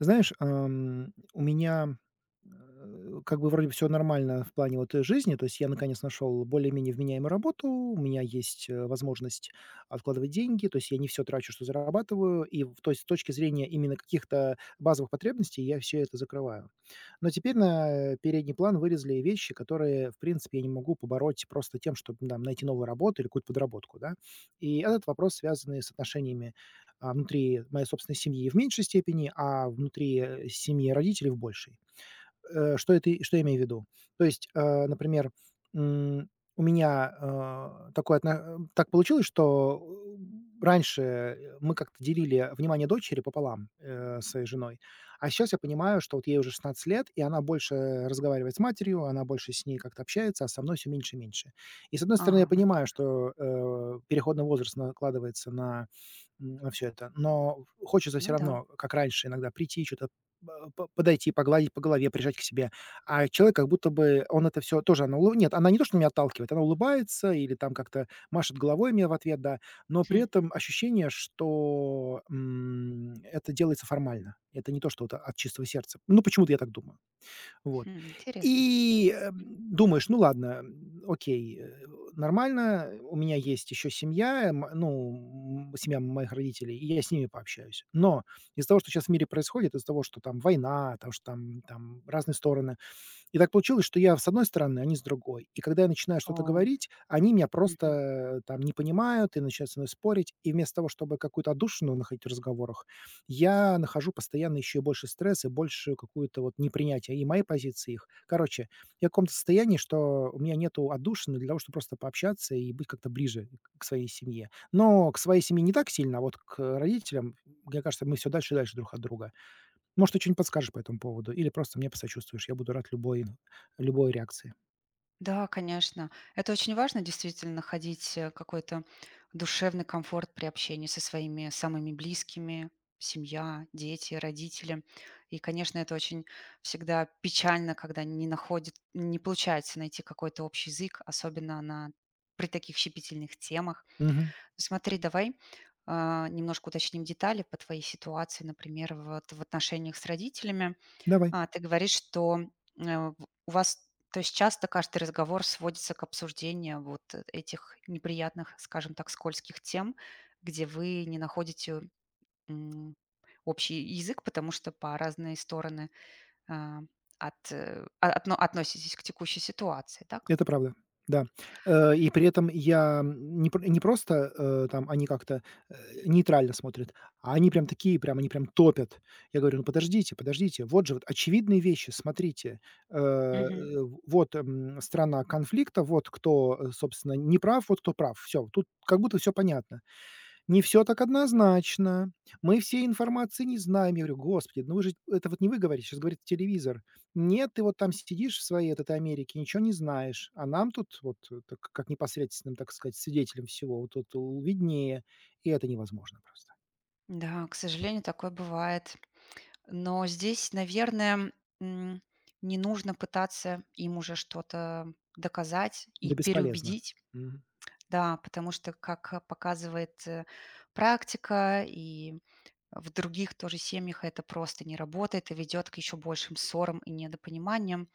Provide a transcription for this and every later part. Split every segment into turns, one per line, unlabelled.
Знаешь, у меня, как бы вроде все нормально в плане вот, жизни. То есть я наконец нашел более-менее вменяемую работу, у меня есть, возможность откладывать деньги, то есть я не все трачу, что зарабатываю. И в то есть с точки зрения именно каких-то базовых потребностей я все это закрываю. Но теперь на передний план вылезли вещи, которые, в принципе, я не могу побороть просто тем, чтобы там найти новую работу или какую-то подработку, да. И этот вопрос, связанный с отношениями внутри моей собственной семьи в меньшей степени, а внутри семьи родителей в большей. Что это и что я имею в виду? То есть, например, м, у меня, такое отно так получилось, что раньше, мы как-то делили внимание дочери пополам, с своей женой, а сейчас я понимаю, что вот ей уже 16 лет, и она больше разговаривает с матерью, она больше с ней как-то общается, а со мной все меньше и меньше. И, с одной стороны, я
Ага, вот к
понимаю, что, переходный возраст накладывается на всё это, но хочется все
ну да.
равно, как раньше, иногда прийти, что то ба по подойти, погладить по голове, прижать к себе. А человек как будто бы он это все тоже она улы нет, она не то, что меня отталкивает, она улыбается или там как-то машет головой мне в ответ, да, но при
Хм,
этом ощущение, что, это делается формально. Это не то, что вот от чистого сердца. Ну, почему-то я так думаю. Вот.
хм, интересно.
И, думаешь: "Ну ладно, окей, нормально, у меня есть еще семья, ну, семья моих родителей, и я с ними пообщаюсь". Но из-за того, что сейчас в мире происходит, из-за того, что там война, там что там там разные стороны, и так получилось, что я с одной стороны, они с другой. И когда я начинаю что-то
О,
говорить, они меня просто
мгм.
там не понимают и начинают со мной спорить. И вместо того, чтобы какую-то отдушину находить в разговорах, я нахожу постоянно еще больше стресса, и большую какую-то вот непринятие и моей позиции и их. Короче, я в каком-то состоянии, что у меня нету отдушины для того, чтобы просто пообщаться и быть как-то ближе к своей семье. Но к своей семье не так сильно, а вот к родителям, мне кажется, мы все дальше и дальше друг от друга. Может, ты что-нибудь подскажешь по этому поводу или просто мне посочувствуешь. Я буду рад любой реакции.
Да, конечно. Это очень важно, действительно, находить, какой-то душевный комфорт при общении со своими самыми близкими: семья, дети, родители. И, конечно, это очень всегда печально, когда не получается найти какой-то общий язык, особенно на при таких щепетильных темах.
Мгм.
Смотри, давай, а, немножко уточним детали по твоей ситуации, например, вот в отношениях с родителями.
Давай.
А, ты говоришь, что, э, в- у вас, то есть, часто каждый разговор сводится к обсуждению вот этих неприятных, скажем так, скользких тем, где вы не находите, м, общий язык, потому что по разные стороны, а, от, а, относитесь к текущей ситуации, так?
Это правда. Да. И при этом я, не просто, там они как-то, э, нейтрально смотрят, а они прям такие, прям они прям топят. Я говорю: "Ну, подождите, подождите, вот же вот очевидные вещи, смотрите. Э, э,
Мгм.
вот, страна конфликта, вот кто, собственно, не прав, вот кто прав. Все, Тут как будто все понятно. Не все так однозначно. Мы всей информации не знаем. Я говорю: "Господи, ну вы же это вот не вы говорите, сейчас говорит телевизор. Нет, ты вот там сидишь в своей вот этой Америке, ничего не знаешь, а нам тут вот, так как непосредственным, так сказать, свидетелем всего вот тут, виднее". И это невозможно просто.
Да, к сожалению, такое бывает. Но здесь, наверное, м, не нужно пытаться им уже что-то доказать и
Да, бесполезно.
переубедить.
Мгм.
Да, потому что, как, показывает, практика, и в других тоже семьях это просто не работает и ведет к еще большим ссорам и недопониманиям.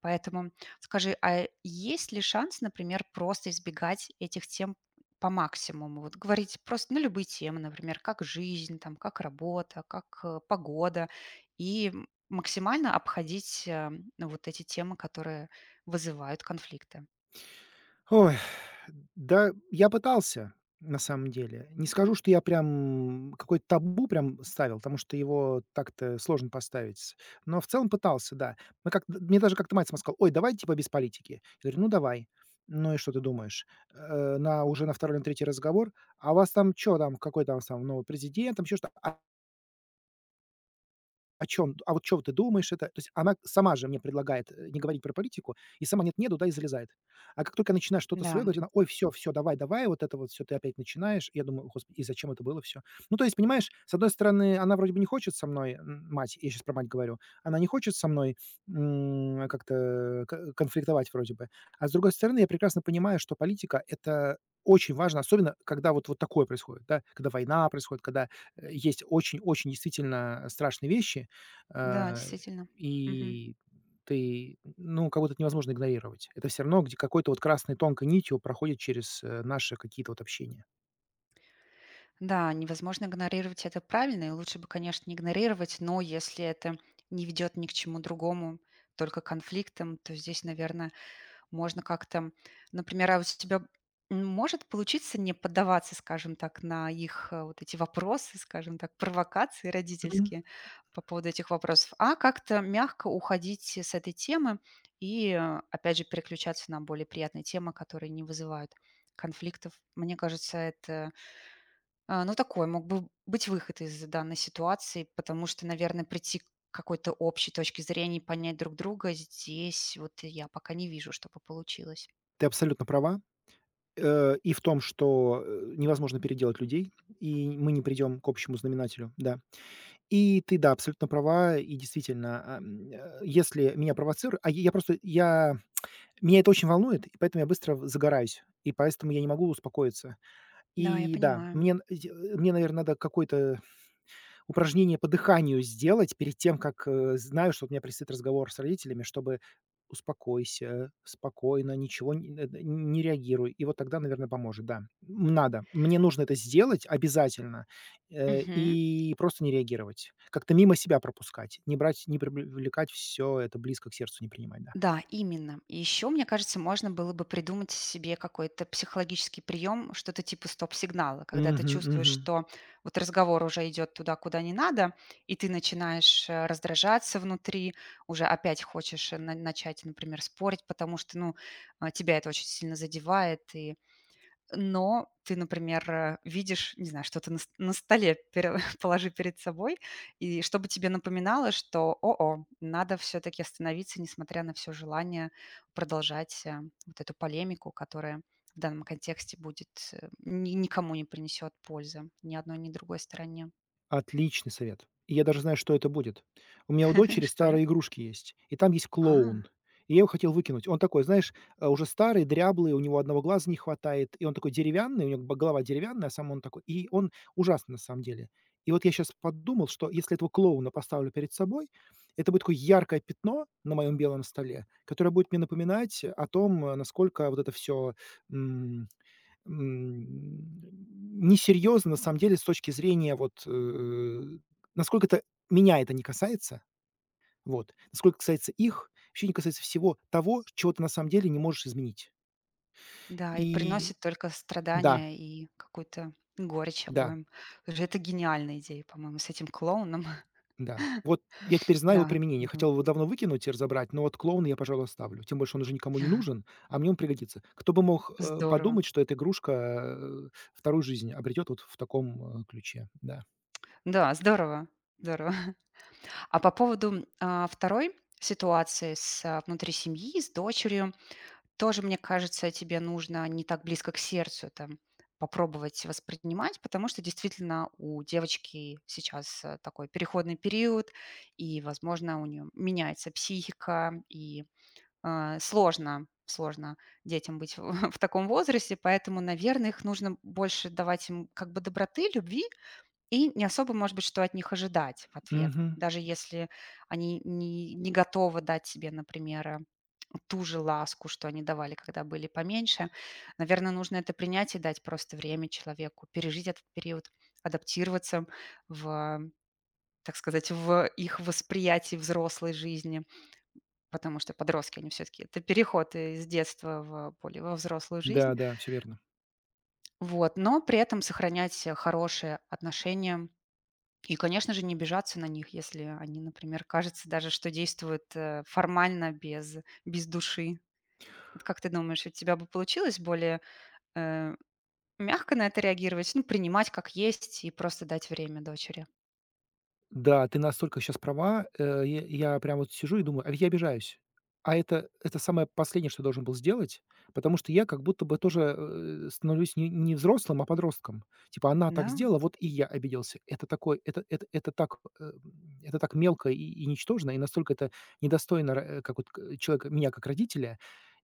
Поэтому скажи, а есть ли шанс, например, просто избегать этих тем по максимуму? Вот говорить просто на любые темы, например, как жизнь, там, как работа, как погода, и максимально обходить ну, вот эти темы, которые вызывают конфликты.
Ой, да, я пытался, на самом деле. Не скажу, что я прям какой то табу прям ставил, потому что его так-то сложно поставить. Но в целом пытался, да. Мы как мне даже как-то мать сама сказала: "Ой, давай типа без политики". Я говорю: "Ну, давай". "Ну и что ты думаешь?" Э, на уже на второй, на третий разговор: "А у вас там что там, какой там сам новый президент, там еще что о чем? А вот что ты думаешь это?" То есть она сама же мне предлагает, не говорить про политику, и сама нет нету да и залезает. А как только я что-то
Да,
свое говорить, она: "Ой, все все давай давай, вот это вот все ты опять начинаешь". Я думаю: "Господи, и зачем это было все?" Ну, то есть, понимаешь, с одной стороны, она вроде бы не хочет со мной, мать, я сейчас про мать говорю, она не хочет со мной, как-то ко конфликтовать вроде бы. А с другой стороны, я прекрасно понимаю, что политика — это очень важно, особенно когда вот такое происходит, да, когда война происходит, когда, есть очень-очень действительно страшные вещи.
да,
А,
действительно.
и ты, ну, как будто это невозможно игнорировать. Это все равно, где какой-то вот красной тонкой нитью проходит через, наши какие-то вот общения.
Да, невозможно игнорировать, это правильно, и лучше бы, конечно, не игнорировать, но если это не ведет ни к чему другому, только к конфликтам, то здесь, наверное, можно как-то, например, а вот у тебя может получиться не поддаваться, скажем так, на их вот эти вопросы, скажем так, провокации
Мгм.
родительские по поводу этих вопросов, а как-то мягко уходить с этой темы и, опять же, переключаться на более приятные темы, которые не вызывают конфликтов. Мне кажется, это а, ну, такой мог бы быть выход из данной ситуации, потому что, наверное, прийти к какой-то общей точке зрения и понять друг друга здесь вот я пока не вижу, чтобы получилось.
Ты абсолютно права, и в том, что, невозможно переделать людей, и мы не придем к общему знаменателю, да. И ты, да, абсолютно права, и действительно, если меня провоцируют, а я просто, я меня это очень волнует, и поэтому я быстро в загораюсь, и поэтому я не могу успокоиться.
Да, я
И да,
понимаю.
мне н й мне, наверное, надо какой-то упражнение по дыханию сделать перед тем, как, знаю, что у меня предстоит разговор с родителями, чтобы "успокойся, спокойно, ничего не э, н не реагируй". И вот тогда, наверное, поможет, да. Надо. Мне нужно это сделать обязательно,
Мгм.
и просто не реагировать. Как-то мимо себя пропускать, не брать, не привлекать все это близко к сердцу, не принимать, да.
Да, именно. И еще, мне кажется, можно было бы придумать себе какой-то психологический прием, что-то типа стоп-сигнала, когда ты
Мгм,
чувствуешь,
мгм.
что вот разговор уже идет туда, куда не надо, и ты начинаешь раздражаться внутри, уже опять хочешь начать, например, спорить, потому что, ну, а, тебя это очень сильно задевает, и но ты, например, видишь, не знаю, что-то на с на столе пере положи перед собой, и чтобы тебе напоминало, что: "О-о, надо все таки остановиться, несмотря на все желание продолжать, вот эту полемику, которая в данном контексте будет, ни никому не принесет пользы, ни одной, ни другой стороне".
Отличный совет. И я даже знаю, что это будет. У дочери
Что же?
старые игрушки есть, и там есть клоун.
А,
И я его хотел выкинуть. Он такой, знаешь, уже старый, дряблый, у него одного глаза не хватает, и он такой деревянный, у него голова деревянная, а сам он такой. И он ужасный на самом деле. И вот я сейчас подумал, что если этого клоуна поставлю перед собой, это будет такое яркое пятно на моем белом столе, которое будет мне напоминать о том, насколько вот это все М, несерьезно, на самом деле, с точки зрения вот, насколько меня это не касается, вот, насколько касается их, вообще не касается всего того, чего ты на самом деле не можешь изменить.
да, и
И
приносит только
да,
страдания и какую-то горечь
да,
обоим. Слушай, это гениальная идея, по-моему, с этим клоуном.
да. Вот я теперь знаю его
Да,
применение.
здорово.
Хотел его давно выкинуть и разобрать, но вот клоуна я, пожалуй, оставлю. Тем больше он уже никому не нужен, а мне он пригодится. Кто бы мог,
Здорово.
подумать, что эта игрушка, вторую жизнь обретет вот в таком, ключе. Да.
Да, здорово, здорово. А по поводу, а, 2-й ситуации с, а, внутри семьи, с дочерью, тоже, мне кажется, тебе нужно не так близко к сердцу это попробовать воспринимать, потому что действительно у девочки сейчас, такой переходный период, и, возможно, у нее меняется психика, и, а, сложно детям быть в таком возрасте, поэтому, наверное, их нужно больше давать им как бы доброты, любви, и не особо, может быть, что от них ожидать в ответ,
Мгм.
даже если они не готовы дать себе, например, ту же ласку, что они давали, когда были поменьше. Наверное, нужно это принять и дать просто время человеку пережить этот период, адаптироваться в, так сказать, в их восприятии взрослой жизни, потому что подростки, они все-таки это переход из детства в более во взрослую
Да,
жизнь.
да, все верно.
Вот, но при этом сохранять, хорошие отношения. И, конечно же, не обижаться на них, если они, например, кажется даже, что действуют формально, без, без души. Вот как ты думаешь, у тебя бы получилось более э, мягко на это реагировать, ну, принимать как есть и просто дать время дочери?
Да, ты настолько сейчас права. Я прям вот сижу и думаю: а ведь я обижаюсь. А это самое последнее, что я должен был сделать, потому что я как будто бы тоже, становлюсь не взрослым, а подростком. Типа она так
Да,
сделала, вот и я обиделся. Это так, это так мелко и ничтожно, и настолько это недостойно как вот к человека, меня как родителя.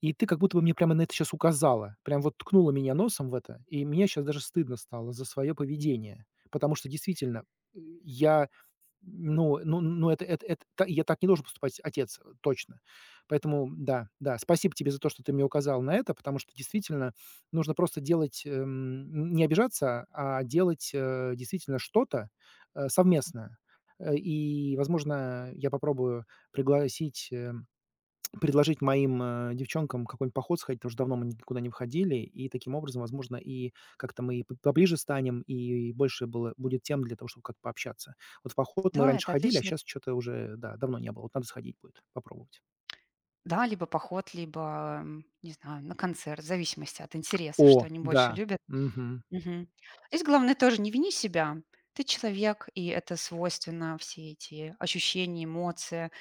И ты как будто бы мне прямо на это сейчас указала, прям вот ткнула меня носом в это, и мне сейчас даже стыдно стало за свое поведение, потому что действительно, я ну, это та я так не должен поступать отец, точно. Поэтому да, да, спасибо тебе за то, что ты мне указал на это, потому что действительно нужно просто делать, не обижаться, а делать, действительно что-то, совместное. И, возможно, я попробую пригласить, э предложить моим, девчонкам какой-нибудь поход сходить, потому что давно мы никуда не выходили. И таким образом, возможно, и как-то мы и п поближе станем, и больше было будет тем для того, чтобы как-то пообщаться. Вот в поход мы
да,
раньше
это
ходили, а
отлично.
сейчас что то уже, да, давно не было. Вот надо сходить будет, попробовать.
Да, либо поход, либо, не знаю, на концерт, в зависимости от интересов, что
О,
они больше
да,
любят.
мгм.
Мгм. Здесь главное тоже не вини себя. Ты человек, и это свойственно, все эти ощущения, эмоции,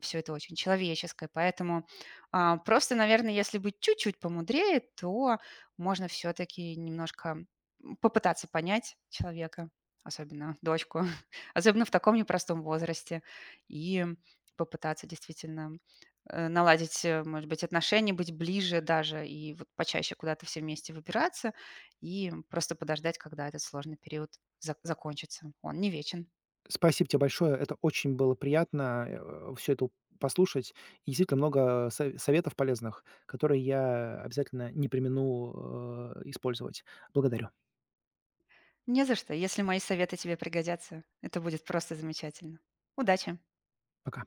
все это очень человеческое. Поэтому а, просто, наверное, если быть чуть-чуть помудрее, то можно все-таки немножко попытаться понять человека, особенно дочку, особенно в таком непростом возрасте, и попытаться действительно наладить, может быть, отношения, быть ближе даже и вот почаще куда-то все вместе выбираться, и просто подождать, когда этот сложный период закончится. Он не вечен.
Спасибо тебе большое. Это очень было приятно, все это послушать. И действительно много со советов полезных, которые я обязательно не примену э, использовать. Благодарю.
Не за что. Если мои советы тебе пригодятся, это будет просто замечательно. Удачи!
Пока.